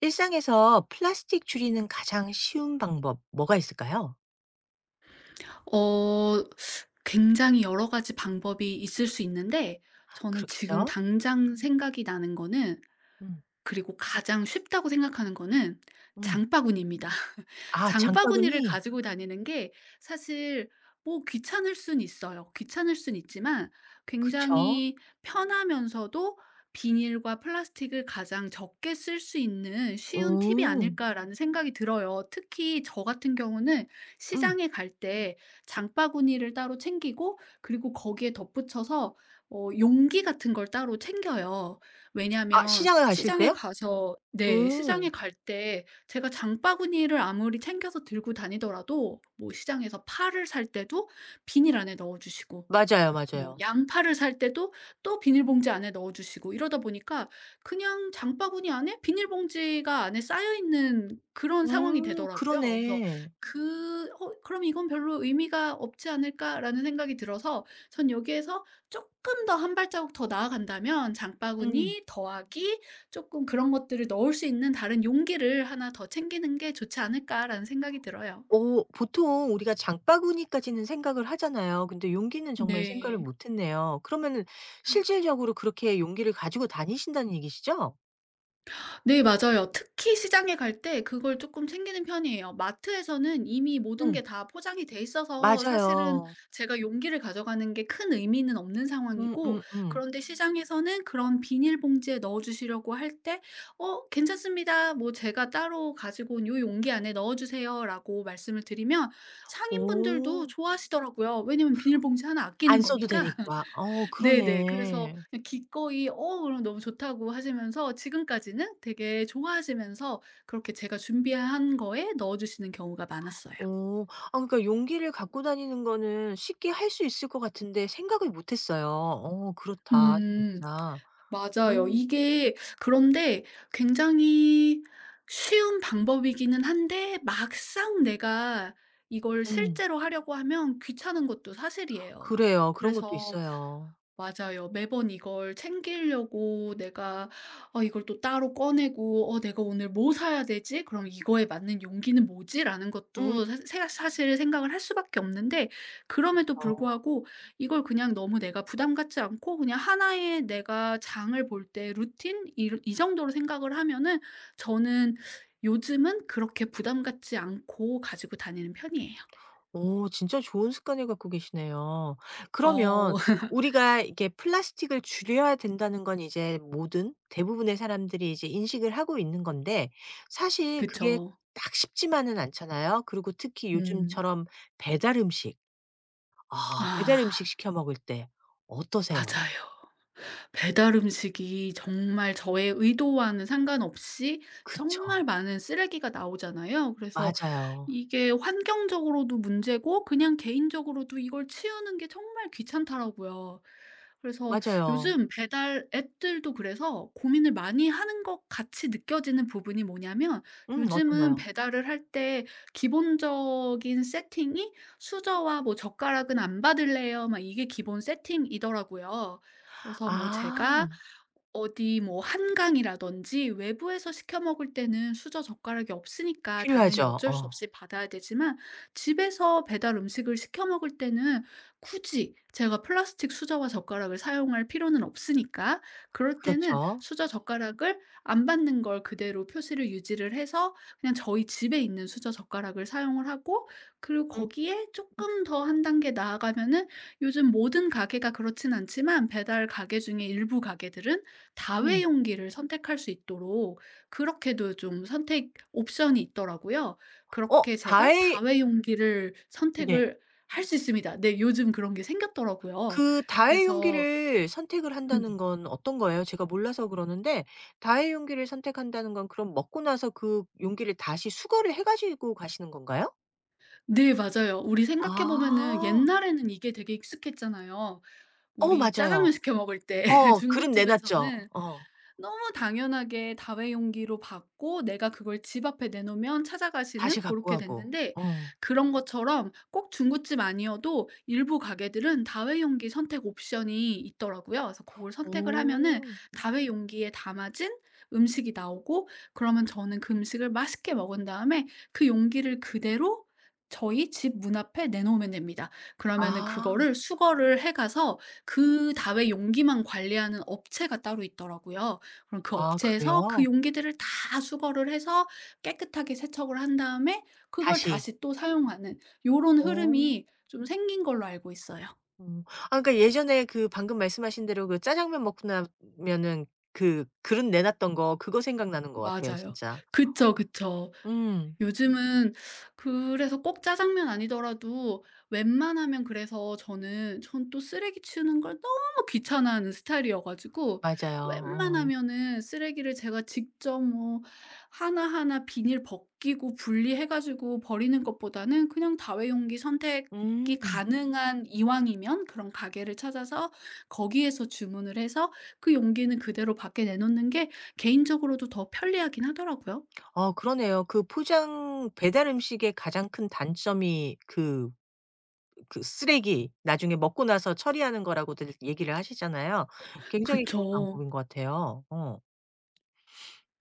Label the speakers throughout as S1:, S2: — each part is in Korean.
S1: 일상에서 플라스틱 줄이는 가장 쉬운 방법 뭐가 있을까요?
S2: 어 굉장히 여러 가지 방법이 있을 수 있는데, 저는 지금
S1: 그렇겠죠?
S2: 당장 생각이 나는 거는,
S1: 음.
S2: 그리고 가장 쉽다고 생각하는 거는
S1: 음.
S2: 장바구니입니다.
S1: 아,
S2: 장바구니를
S1: 장바구니?
S2: 가지고 다니는 게 사실 뭐 귀찮을 순 있어요. 귀찮을 순 있지만
S1: 그쵸.
S2: 굉장히 편하면서도 '비닐과 플라스틱을 가장 적게 쓸 수 있는 쉬운 팁이
S1: 음.
S2: 아닐까.'라는 생각이 들어요. 특히 저 같은 경우는
S1: 음.
S2: 시장에 갈 때 장바구니를 따로 챙기고, 그리고 거기에 덧붙여서 용기 같은 걸 따로 챙겨요.
S1: 아,
S2: 왜냐하면
S1: 시장을 가실
S2: 시장에
S1: 때요?
S2: 가서 네, 시장에
S1: 음.
S2: 갈때 제가 장바구니를 아무리 챙겨서 들고 다니더라도, 뭐 시장에서 파를 살 때도 비닐 안에 넣어 주시고,
S1: 맞아요,
S2: 뭐
S1: 맞아요.
S2: 양파를 살 때도 또 비닐봉지 안에 넣어 주시고, 이러다 보니까 그냥 장바구니 안에 비닐봉지가 안에 쌓여 있는 그런 상황이
S1: 음,
S2: 되더라고요. 그래서
S1: 그러네.
S2: 그 '어 그럼 이건 별로 의미가 없지 않을까.'라는 생각이 들어서, 전 여기에서 조금 더 한 발자국 더 나아간다면,
S1: 음.
S2: 장바구니 더하기 조금 그런 것들을 넣을 수 있는 다른 용기를 하나 더 챙기는 게 좋지 않을까라는 생각이 들어요.
S1: 어, 보통 우리가 장바구니까지는 생각을 하잖아요. 근데 용기는 정말 생각을
S2: 네.
S1: 못 했네요. 그러면은 실질적으로 그렇게 용기를 가지고 다니신다는 얘기시죠?
S2: 네, 맞아요. 특히 시장에 갈 때 그걸 조금 챙기는 편이에요. 마트에서는 이미 모든 게
S1: 음.
S2: 다 포장이 돼 있어서 사실은
S1: 맞아요.
S2: 제가 용기를 가져가는 게 큰 의미는 없는 상황이고,
S1: 음음음.
S2: 그런데 시장에서는 그런 비닐봉지에 넣어 주시려고 할 때 "어 괜찮습니다. 뭐 제가 따로 가지고 온 요 용기 안에 넣어 주세요."라고 말씀을 드리면 상인분들도
S1: 오.
S2: 좋아하시더라고요. 왜냐면 비닐봉지 하나 아끼는
S1: 안 써도
S2: 거니까.
S1: 되니까. 어,
S2: 네네. 그래서
S1: 그러네.
S2: 그냥 기꺼이 "어 그럼 너무 좋다."고 하시면서 지금까지는 되게 좋아하시면서 그렇게 제가 준비한 거에 넣어 주시는 경우가 많았어요.
S1: 어. 아, 그러니까 용기를 갖고 다니는 거는 쉽게 할 수 있을 것 같은데 생각을 못 했어요. 어, 그렇다
S2: 음.
S1: 진짜.
S2: 맞아요.
S1: 음.
S2: 이게 그런데 굉장히 쉬운 방법이기는 한데, 막상 내가 이걸
S1: 음.
S2: 실제로 하려고 하면 귀찮은 것도 사실이에요.
S1: 그래요. 그런 것도
S2: 그래서
S1: 있어요.
S2: 맞아요. 매번 이걸 챙기려고 내가, 이걸 또 따로 꺼내고 '어 내가 오늘 뭐 사야 되지? 그럼 이거에 맞는 용기는 뭐지?'라는
S1: 음,
S2: 것도 사시 사실 생각을 할 수밖에 없는데, 그럼에도
S1: 그쵸.
S2: 불구하고 이걸 그냥 너무 내가 부담 갖지 않고 그냥 하나의 내가 장을 볼 때 루틴 이 정도로 생각을 하면은 저는 요즘은 그렇게 부담 갖지 않고 가지고 다니는 편이에요.
S1: 오, 진짜 좋은 습관을 갖고 계시네요. 그러면
S2: 어
S1: 우리가 이게 플라스틱을 줄여야 된다는 건 이제 모든 대부분의 사람들이 이제 인식을 하고 있는 건데 사실 그게
S2: 그쵸.
S1: 딱 쉽지만은 않잖아요. 그리고 특히
S2: 음.
S1: 요즘처럼 배달 음식. 아, 배달
S2: 아,
S1: 음식 시켜 먹을 때 어떠세요?
S2: 맞아요. 배달 음식이 정말 저의 의도와는 상관없이 정말
S1: 그쵸.
S2: 많은 쓰레기가 나오잖아요. 그래서
S1: 맞아요.
S2: 이게 환경적으로도 문제고 그냥 개인적으로도 이걸 치우는 게 정말 귀찮더라고요. 그래서
S1: 맞아요.
S2: 요즘 배달 앱들도 그래서 고민을 많이 하는 것 같이 느껴지는 부분이 뭐냐면,
S1: 음, 어떤
S2: 요즘은
S1: 거요?
S2: 배달을 할 때 기본적인 세팅이 수저와 뭐 젓가락은 안 받을래요. 막 이게 기본 세팅이더라고요. 그래서 뭐
S1: 아,
S2: 제가 어디 뭐 한강이라든지 외부에서 시켜 먹을 때는 수저 젓가락이 없으니까 당연히
S1: 필요하죠.
S2: 어쩔 수
S1: 어,
S2: 없이 받아야 되지만, 집에서 배달 음식을 시켜 먹을 때는 굳이 제가 플라스틱 수저와 젓가락을 사용할 필요는 없으니까 그럴 때는
S1: 그렇죠.
S2: 수저 젓가락을 안 받는 걸 그대로 표시를 유지를 해서 그냥 저희 집에 있는 수저 젓가락을 사용을 하고, 그리고
S1: 음.
S2: 거기에 조금 더 한 단계 나아가면은, 요즘 모든 가게가 그렇진 않지만 배달 가게 중에 일부 가게들은
S1: 음.
S2: 다회용기를 선택할 수 있도록 그렇게도 좀 선택 옵션이 있더라고요.
S1: 어,
S2: 그렇게 제가
S1: 다행.
S2: 다회용기를
S1: 네.
S2: 선택을 할 수 있습니다. 네, 요즘 그런 게 생겼더라고요.
S1: 그 다의
S2: 그래서
S1: 용기를 선택을 한다는
S2: 음.
S1: 건 어떤 거예요? 제가 몰라서 그러는데 다의 용기를 선택한다는 건 그럼 먹고 나서 그 용기를 다시 수거를 해 가지고 가시는 건가요?
S2: 네, 맞아요. 우리 생각해 보면은
S1: 아.
S2: 옛날에는 이게 되게 익숙했잖아요.
S1: 어,
S2: 우리
S1: 맞아요.
S2: 짜장면 시켜 먹을 때
S1: 어, 그릇 내놨죠.
S2: 중국집에서는
S1: 어.
S2: 너무 당연하게 다회용기로 받고 내가 그걸 집 앞에 내놓으면
S1: 다시
S2: 찾아가시는,
S1: 갖고
S2: 고렇게
S1: 가고.
S2: 됐는데
S1: 어.
S2: 그런 것처럼 꼭 중고집 아니어도 일부 가게들은 다회용기 선택 옵션이 있더라고요. 그래서 고걸 선택을 하면은
S1: 오.
S2: 다회용기에 담아진 음식이 나오고, 그러면 저는 그 음식을 맛있게 먹은 다음에 그 용기를 그대로 저희 집 문 앞에 내놓으면 됩니다. 그러면은
S1: 아.
S2: 그거를 수거를 해 가서, 그 다회용기만 관리하는 업체가 따로 있더라고요. 그럼 그
S1: 아,
S2: 업체에서 그
S1: 그래요?
S2: 용기들을 다 수거를 해서 깨끗하게 세척을 한 다음에 그걸
S1: 다시.
S2: 다시 또 사용하는 요런
S1: 어.
S2: 흐름이 좀 생긴 걸로 알고 있어요.
S1: 음. 아, 그러니까 예전에 그 방금 말씀하신 대로 그 짜장면 먹고 나면은 그 그릇 내놨던 거 그거 생각나는 것 같아요
S2: 맞아요.
S1: 진짜.
S2: 그쵸, 그쵸.
S1: 음.
S2: 요즘은 그래서 꼭 짜장면 아니더라도 웬만하면, 그래서 저는 전 또 쓰레기 치우는 걸 너무 귀찮아하는 스타일이어 가지고,
S1: 맞아요. 어.
S2: 웬만하면은 쓰레기를 제가 직접 뭐 하나하나 비닐 벗기고 분리해 가지고 버리는 것보다는 그냥 다회용기 선택이
S1: 음.
S2: 가능한 이왕이면 그런 가게를 찾아서 거기에서 주문을 해서 그 용기는 그대로 밖에 내놓는 게 개인적으로도 더 편리하긴 하더라고요.
S1: 어, 그러네요. 그 포장 배달 음식의 가장 큰 단점이 그 그 쓰레기 나중에 먹고 나서 처리하는 거라고들 얘기를 하시잖아요. 굉장히 좋은
S2: 그쵸.
S1: 방법인 것 같아요. 어,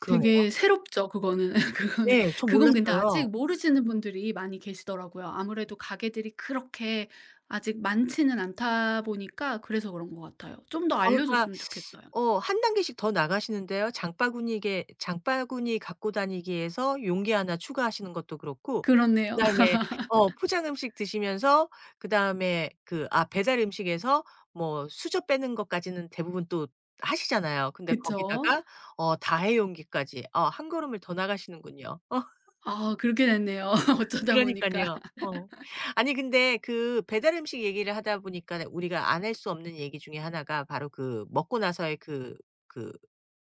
S1: 그러네요.
S2: 되게 새롭죠, 그거는. 그거는
S1: 네. 저
S2: 그건 근데
S1: 몰랐어요.
S2: 아직 모르시는 분들이 많이 계시더라고요. 아무래도 가게들이 그렇게 아직 많지는 않다 보니까 그래서 그런 것 같아요. 좀 더
S1: 어, 그러니까
S2: 알려줬으면 좋겠어요.
S1: 어, 한 단계씩 더 나가시는데요. 장바구니게 장바구니 갖고 다니기에서 용기 하나 추가하시는 것도 그렇고
S2: 그렇네요.
S1: 그다음에 어, 포장 음식 드시면서 그다음에 그 아, 배달 음식에서 뭐 수저 빼는 것까지는 대부분 또 하시잖아요. 근데
S2: 그쵸.
S1: 거기다가 어, 다회용기까지 어, 한 걸음을 더 나가시는군요. 어,
S2: 아, 그렇게 됐네요, 어쩌다 보니까.
S1: 그러니깐요. 어. 아니, 근데 그 배달 음식 얘기를 하다 보니까 우리가 안 할 수 없는 얘기 중에 하나가 바로 그 먹고 나서의 그 그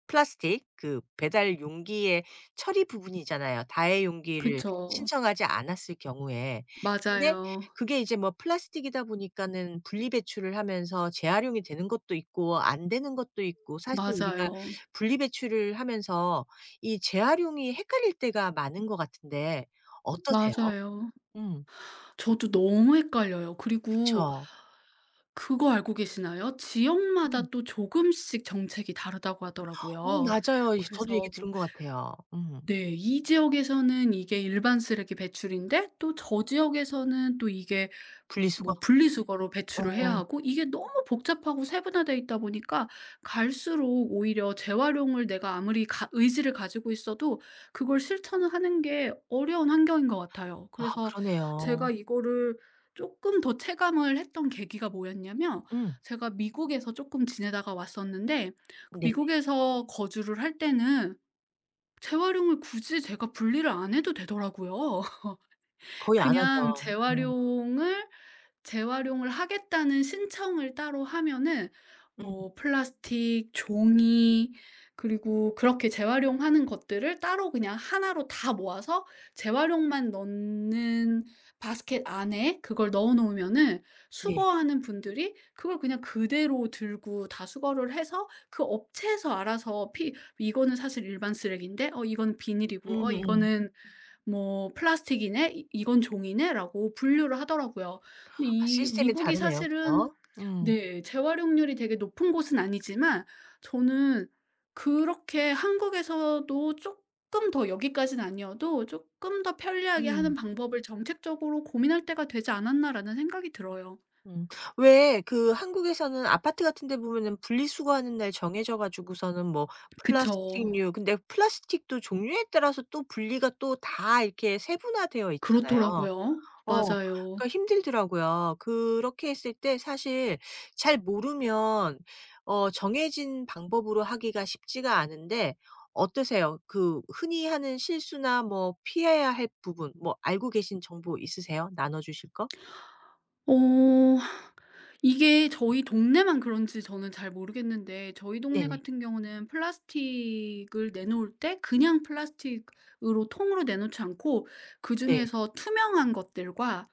S1: 플라스틱 그 배달 용기의 처리 부분이잖아요, 다해 용기를
S2: 그쵸.
S1: 신청하지 않았을 경우에. 근데
S2: 맞아요.
S1: 그게 이제 뭐 플라스틱이다 보니까는 분리 배출을 하면서 재활용이 되는 것도 있고 안 되는 것도 있고 사실 우리가
S2: 맞아요.
S1: 분리 배출을 하면서 이 재활용이 헷갈릴 때가 많은 것 같은데 어떠세요?
S2: 맞아요.
S1: 음.
S2: 저도 너무 헷갈려요. 그리고
S1: 그쵸.
S2: 그거 알고 계시나요? 지역마다
S1: 음.
S2: 또 조금씩 정책이 다르다고
S1: 어,
S2: 하더라고요.
S1: 맞아요. 이 저도 얘기
S2: 그래서 뭐,
S1: 들은 것 같아요. 음.
S2: 네. 이 지역에서는 이게 일반 쓰레기 배출인데, 또 저 지역에서는 또 이게
S1: 분리수거?
S2: 뭐 분리수거로 배출을 해야
S1: 어.
S2: 하고, 이게 너무 복잡하고 세분화되어 있다 보니까 갈수록 오히려 재활용을 내가 아무리 가 의지를 가지고 있어도 그걸 실천을 하는 게 어려운 환경인 것 같아요.
S1: 아,
S2: 그래서
S1: 그러네요.
S2: 제가 이거를 조금 더 체감을 했던 계기가 뭐였냐면,
S1: 음.
S2: 제가 미국에서 조금 지내다가 왔었는데 그
S1: 네네.
S2: 미국에서 거주를 할 때는 재활용을 굳이 제가 분리를 안 해도 되더라고요.
S1: 거의 안
S2: 그냥
S1: 하죠. 음.
S2: 재활용을 하겠다는 신청을 따로 하면은
S1: 음.
S2: 뭐 플라스틱, 종이, 그리고 그렇게 재활용하는 것들을 따로 그냥 하나로 다 모아서 재활용만 넣는 바스켓 안에 그걸 넣어 놓으면은,
S1: 네.
S2: 수거하는 분들이 그걸 그냥 그대로 들고 다 수거를 해서 그 업체에서 알아서 피 "이거는 사실 일반 쓰레기인데, 어 이건 비닐이고, 어
S1: 음음.
S2: 이거는 뭐 플라스틱이네. 이 이건 종이네."라고 분류를 하더라고요. 근데
S1: 아,
S2: 이
S1: 시스템이
S2: 미국이
S1: 다르네요. 그죠?
S2: 사실은,
S1: 음.
S2: 네, 재활용률이 되게 높은 곳은 아니지만, 저는 그렇게 한국에서도 쪼끔 더, 여기까지는 아니어도 쪼끔 더 편리하게 하는
S1: 음.
S2: 방법을 정책적으로 고민할 때가 되지 않았나라는 생각이 들어요.
S1: 음. 왜 그 한국에서는 아파트 같은 데 보면은 분리수거하는 날 정해져 가지고서는 뭐
S2: 그쵸.
S1: 플라스틱류 근데 플라스틱도 종류에 따라서 또 분리가 또 다 이렇게 세분화되어 있잖아요.
S2: 그렇더라고요.
S1: 어.
S2: 맞아요.
S1: 그러니까 힘들더라고요. 그렇게 했을 때 사실 잘 모르면 어, 정해진 방법으로 하기가 쉽지가 않은데 어떠세요? 그 흔히 하는 실수나 뭐 피해야 할 부분 뭐 알고 계신 정보 있으세요? 나눠 주실 거?
S2: 어. 이게 저희 동네만 그런지 저는 잘 모르겠는데, 저희 동네
S1: 네네.
S2: 같은 경우는 플라스틱을 내놓을 때 그냥 플라스틱으로 통으로 내놓지 않고
S1: 네.
S2: 그중에서 투명한 것들과,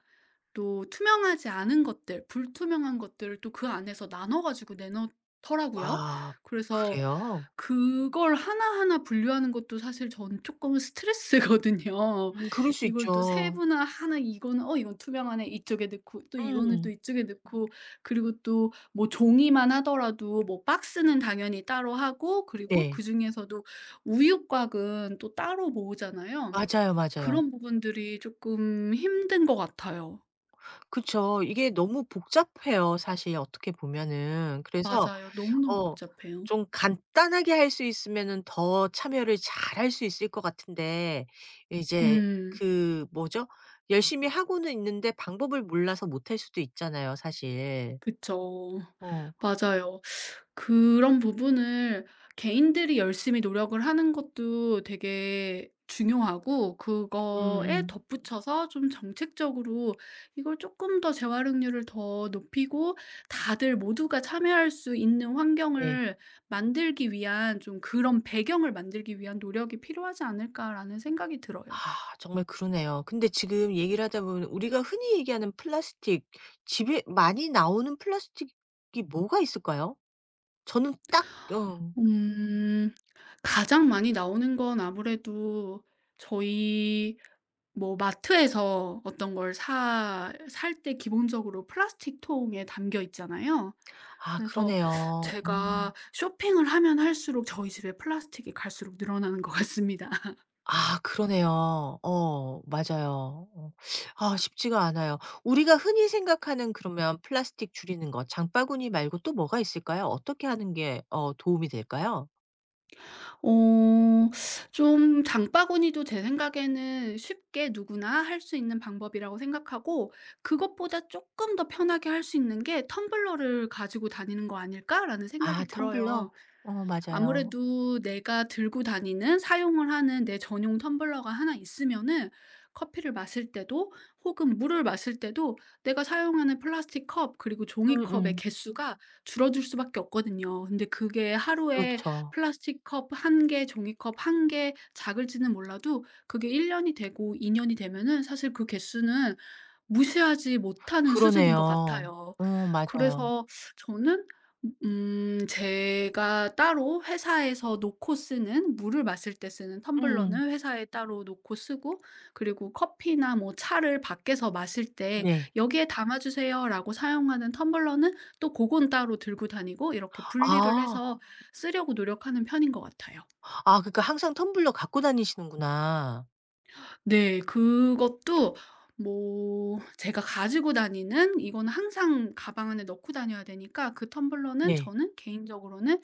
S2: 또 투명하지 않은 것들, 불투명한 것들을 또 그 안에서 나눠 가지고 내놓더라고요.
S1: 와.
S2: 그래서
S1: 그래요?
S2: 그걸 하나하나 분류하는 것도 사실 전 쪼끔은 스트레스거든요.
S1: 음, 그럴 수
S2: 이걸 또
S1: 있죠.
S2: 세분화하나? 이거는 이건 투명하네, 이쪽에 넣고, 또 이거는 또
S1: 음.
S2: 이쪽에 넣고, 그리고 또 뭐 종이만 하더라도 뭐 박스는 당연히 따로 하고, 그리고
S1: 네.
S2: 그중에서도 우유곽은 또 따로 모으잖아요.
S1: 맞아요, 맞아요.
S2: 그런 부분들이 쪼끔 힘든 것 같아요.
S1: 그쵸. 이게 너무 복잡해요 사실 어떻게 보면은. 그래서
S2: 맞아요. 너무너무
S1: 어.
S2: 복잡해요.
S1: 좀 간단하게 할 수 있으면은 더 참여를 잘 할 수 있을 것 같은데 이제
S2: 음.
S1: 그 뭐죠? 열심히 하고는 있는데 방법을 몰라서 못할 수도 있잖아요 사실.
S2: 그쵸.
S1: 어.
S2: 맞아요. 그런 부분을 개인들이 열심히 노력을 하는 것도 되게 중요하고, 그거에
S1: 음음.
S2: 덧붙여서 좀 정책적으로 이걸 조금 더 재활용률을 더 높이고 다들 모두가 참여할 수 있는
S1: 네.
S2: 환경을 만들기 위한, 좀 그런 배경을 만들기 위한 노력이 필요하지 않을까라는 생각이 들어요.
S1: 아, 정말 그러네요. 근데 지금 얘기를 하다 보면 우리가 흔히 얘기하는 플라스틱, 집에 많이 나오는 플라스틱이 뭐가 있을까요? 저는 딱 어.
S2: 음. 가장 많이 나오는 건 아무래도 저희 뭐 마트에서 어떤 걸 사 살 때 기본적으로 플라스틱 통에 담겨 있잖아요.
S1: 아,
S2: 그래서
S1: 그러네요.
S2: 제가
S1: 음.
S2: 쇼핑을 하면 할수록 저희 집에 플라스틱이 갈수록 늘어나는 것 같습니다.
S1: 아, 그러네요. 어, 맞아요. 어. 아, 쉽지가 않아요. 우리가 흔히 생각하는 그러면 플라스틱 줄이는 것 장바구니 말고 또 뭐가 있을까요? 어떻게 하는 게 어, 도움이 될까요?
S2: 어 좀, 장바구니도 제 생각에는 쉽게 누구나 할 수 있는 방법이라고 생각하고, 그것보다 조금 더 편하게 할 수 있는 게 '텀블러를 가지고 다니는 거 아닐까?'라는
S1: 아,
S2: 생각이 들어요.
S1: 텀블러? 어, 맞아요.
S2: 아무래도 내가 들고 다니는, 사용을 하는 내 전용 텀블러가 하나 있으면은, 커피를 마실 때도 혹은 물을 마실 때도 내가 사용하는 플라스틱 컵 그리고 종이컵의
S1: 음음.
S2: 개수가 줄어들 수밖에 없거든요. 근데 그게 하루에
S1: 그렇죠.
S2: 플라스틱 컵 한 개, 종이컵 한 개 작을지는 몰라도 그게 1 년이 되고 2 년이 되면은 사실 그 개수는 무시하지 못하는 수준인 것
S1: 그러네요.
S2: 같아요.
S1: 어, 맞아요.
S2: 그래서 저는, 제가 따로 회사에서 놓고 쓰는, 물을 마실 때 쓰는
S1: 음,
S2: 텀블러는 회사에 따로 놓고 쓰고, 그리고 커피나 뭐 차를 밖에서 마실 때
S1: 네.
S2: "여기에 담아 주세요."라고 사용하는 텀블러는 또 고건 따로 들고 다니고, 이렇게 분리를
S1: 아.
S2: 해서 쓰려고 노력하는 편인 것 같아요.
S1: 아, 그러니까 항상 텀블러 갖고 다니시는구나.
S2: 네. 그것도 뭐, 제가 가지고 다니는 이거는 항상 가방 안에 넣고 다녀야 되니까 그 텀블러는
S1: 네.
S2: 저는 개인적으로는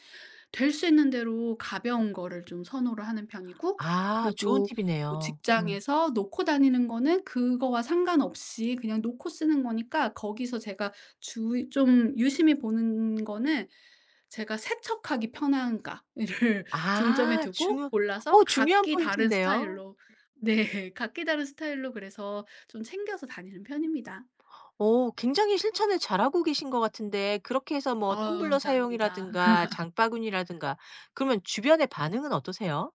S2: 될 수 있는 대로 가벼운 거를 좀 선호를 하는 편이고,
S1: 아, 좋은
S2: 그리고 뭐
S1: 팁이네요. 음.
S2: 직장에서 놓고 다니는 거는 그거와 상관없이 그냥 놓고 쓰는 거니까 거기서 제가 주 좀 유심히 보는 거는 제가 세척하기 편한가를 중점에
S1: 아,
S2: 두고
S1: 중요.
S2: 골라서
S1: 어, 중요한
S2: 각기 다른
S1: 포인트인데요.
S2: 스타일로. 네. 각기 다른 스타일로, 그래서 좀 챙겨서 다니는 편입니다.
S1: 어, 굉장히 실천을 잘하고 계신 것 같은데 그렇게 해서 뭐
S2: 아,
S1: 텀블러
S2: 감사합니다.
S1: 사용이라든가 장바구니라든가 그러면 주변의 반응은 어떠세요?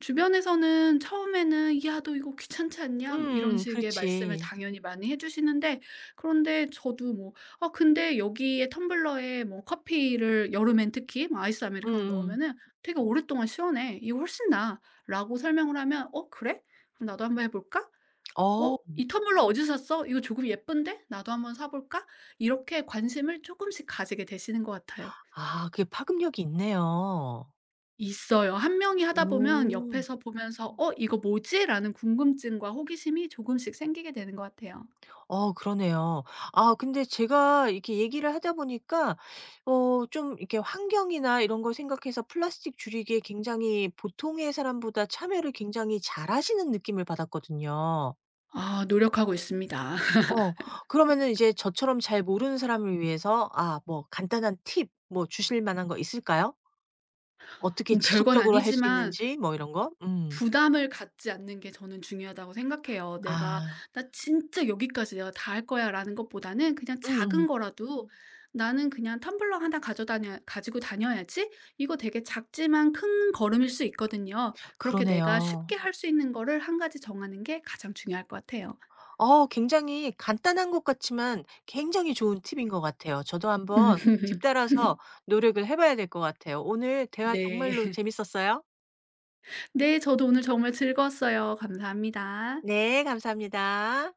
S2: 주변에서는 처음에는 "야 너 이거 귀찮지 않냐?" 뭐 이런
S1: 음음.
S2: 식의 말씀을
S1: 그렇지.
S2: 당연히 많이 해 주시는데, 그런데 저도 뭐 "아 근데 여기에, 텀블러에 뭐 커피를 여름엔 특히 뭐 아이스 아메리카노
S1: 음음.
S2: 넣으면은 되게 오랫동안 시원해. 이거 훨씬 나아."라고 설명을 하면 "어 그래? 그럼 나도 한번 해 볼까?"
S1: 어.
S2: '어 이 텀블러 어디서 샀어? 이거 조금 예쁜데? 나도 한번 사 볼까?' 이렇게 관심을 조금씩 가지게 되시는 것 같아요.
S1: 아, 그게 파급력이 있네요.
S2: 있어요. 한 명이 하다 보면
S1: 오.
S2: 옆에서 보면서 '어 이거 뭐지?' 라는 궁금증과 호기심이 조금씩 생기게 되는 것 같아요.
S1: 어, 그러네요. 아, 근데 제가 이렇게 얘기를 하다 보니까 어, 좀 이렇게 환경이나 이런 걸 생각해서 플라스틱 줄이기에 굉장히 보통의 사람보다 참여를 굉장히 잘하시는 느낌을 받았거든요.
S2: 아, 노력하고 있습니다.
S1: 어. 그러면은 이제 저처럼 잘 모르는 사람을 위해서 아, 뭐 간단한 팁 뭐 주실 만한 거 있을까요? 어떻게
S2: 별건
S1: 지속적으로 할 수
S2: 아니지만
S1: 있는지 뭐 이런 거? 음.
S2: 부담을 갖지 않는 게 저는 중요하다고 생각해요. 내가
S1: 아.
S2: '나 진짜 여기까지 내가 다 할 거야.'라는 것보다는 그냥 작은
S1: 음음.
S2: 거라도 '나는 그냥 텀블러 하나 가져다녀 가지고 다녀야지.' 이거 되게 작지만 큰 걸음일 수 있거든요. 그렇게 내가
S1: 그러네요.
S2: 쉽게 할 수 있는 거를 한 가지 정하는 게 가장 중요할 것 같아요.
S1: 어, 굉장히 간단한 것 같지만 굉장히 좋은 팁인 것 같아요. 저도
S2: 음.
S1: 한번 그 팁 따라서 노력을 해 봐야 될 것 같아요. 오늘 대화 정말로
S2: 네.
S1: 재밌었어요.
S2: 네, 저도 오늘 정말 즐거웠어요. 감사합니다.
S1: 네, 감사합니다.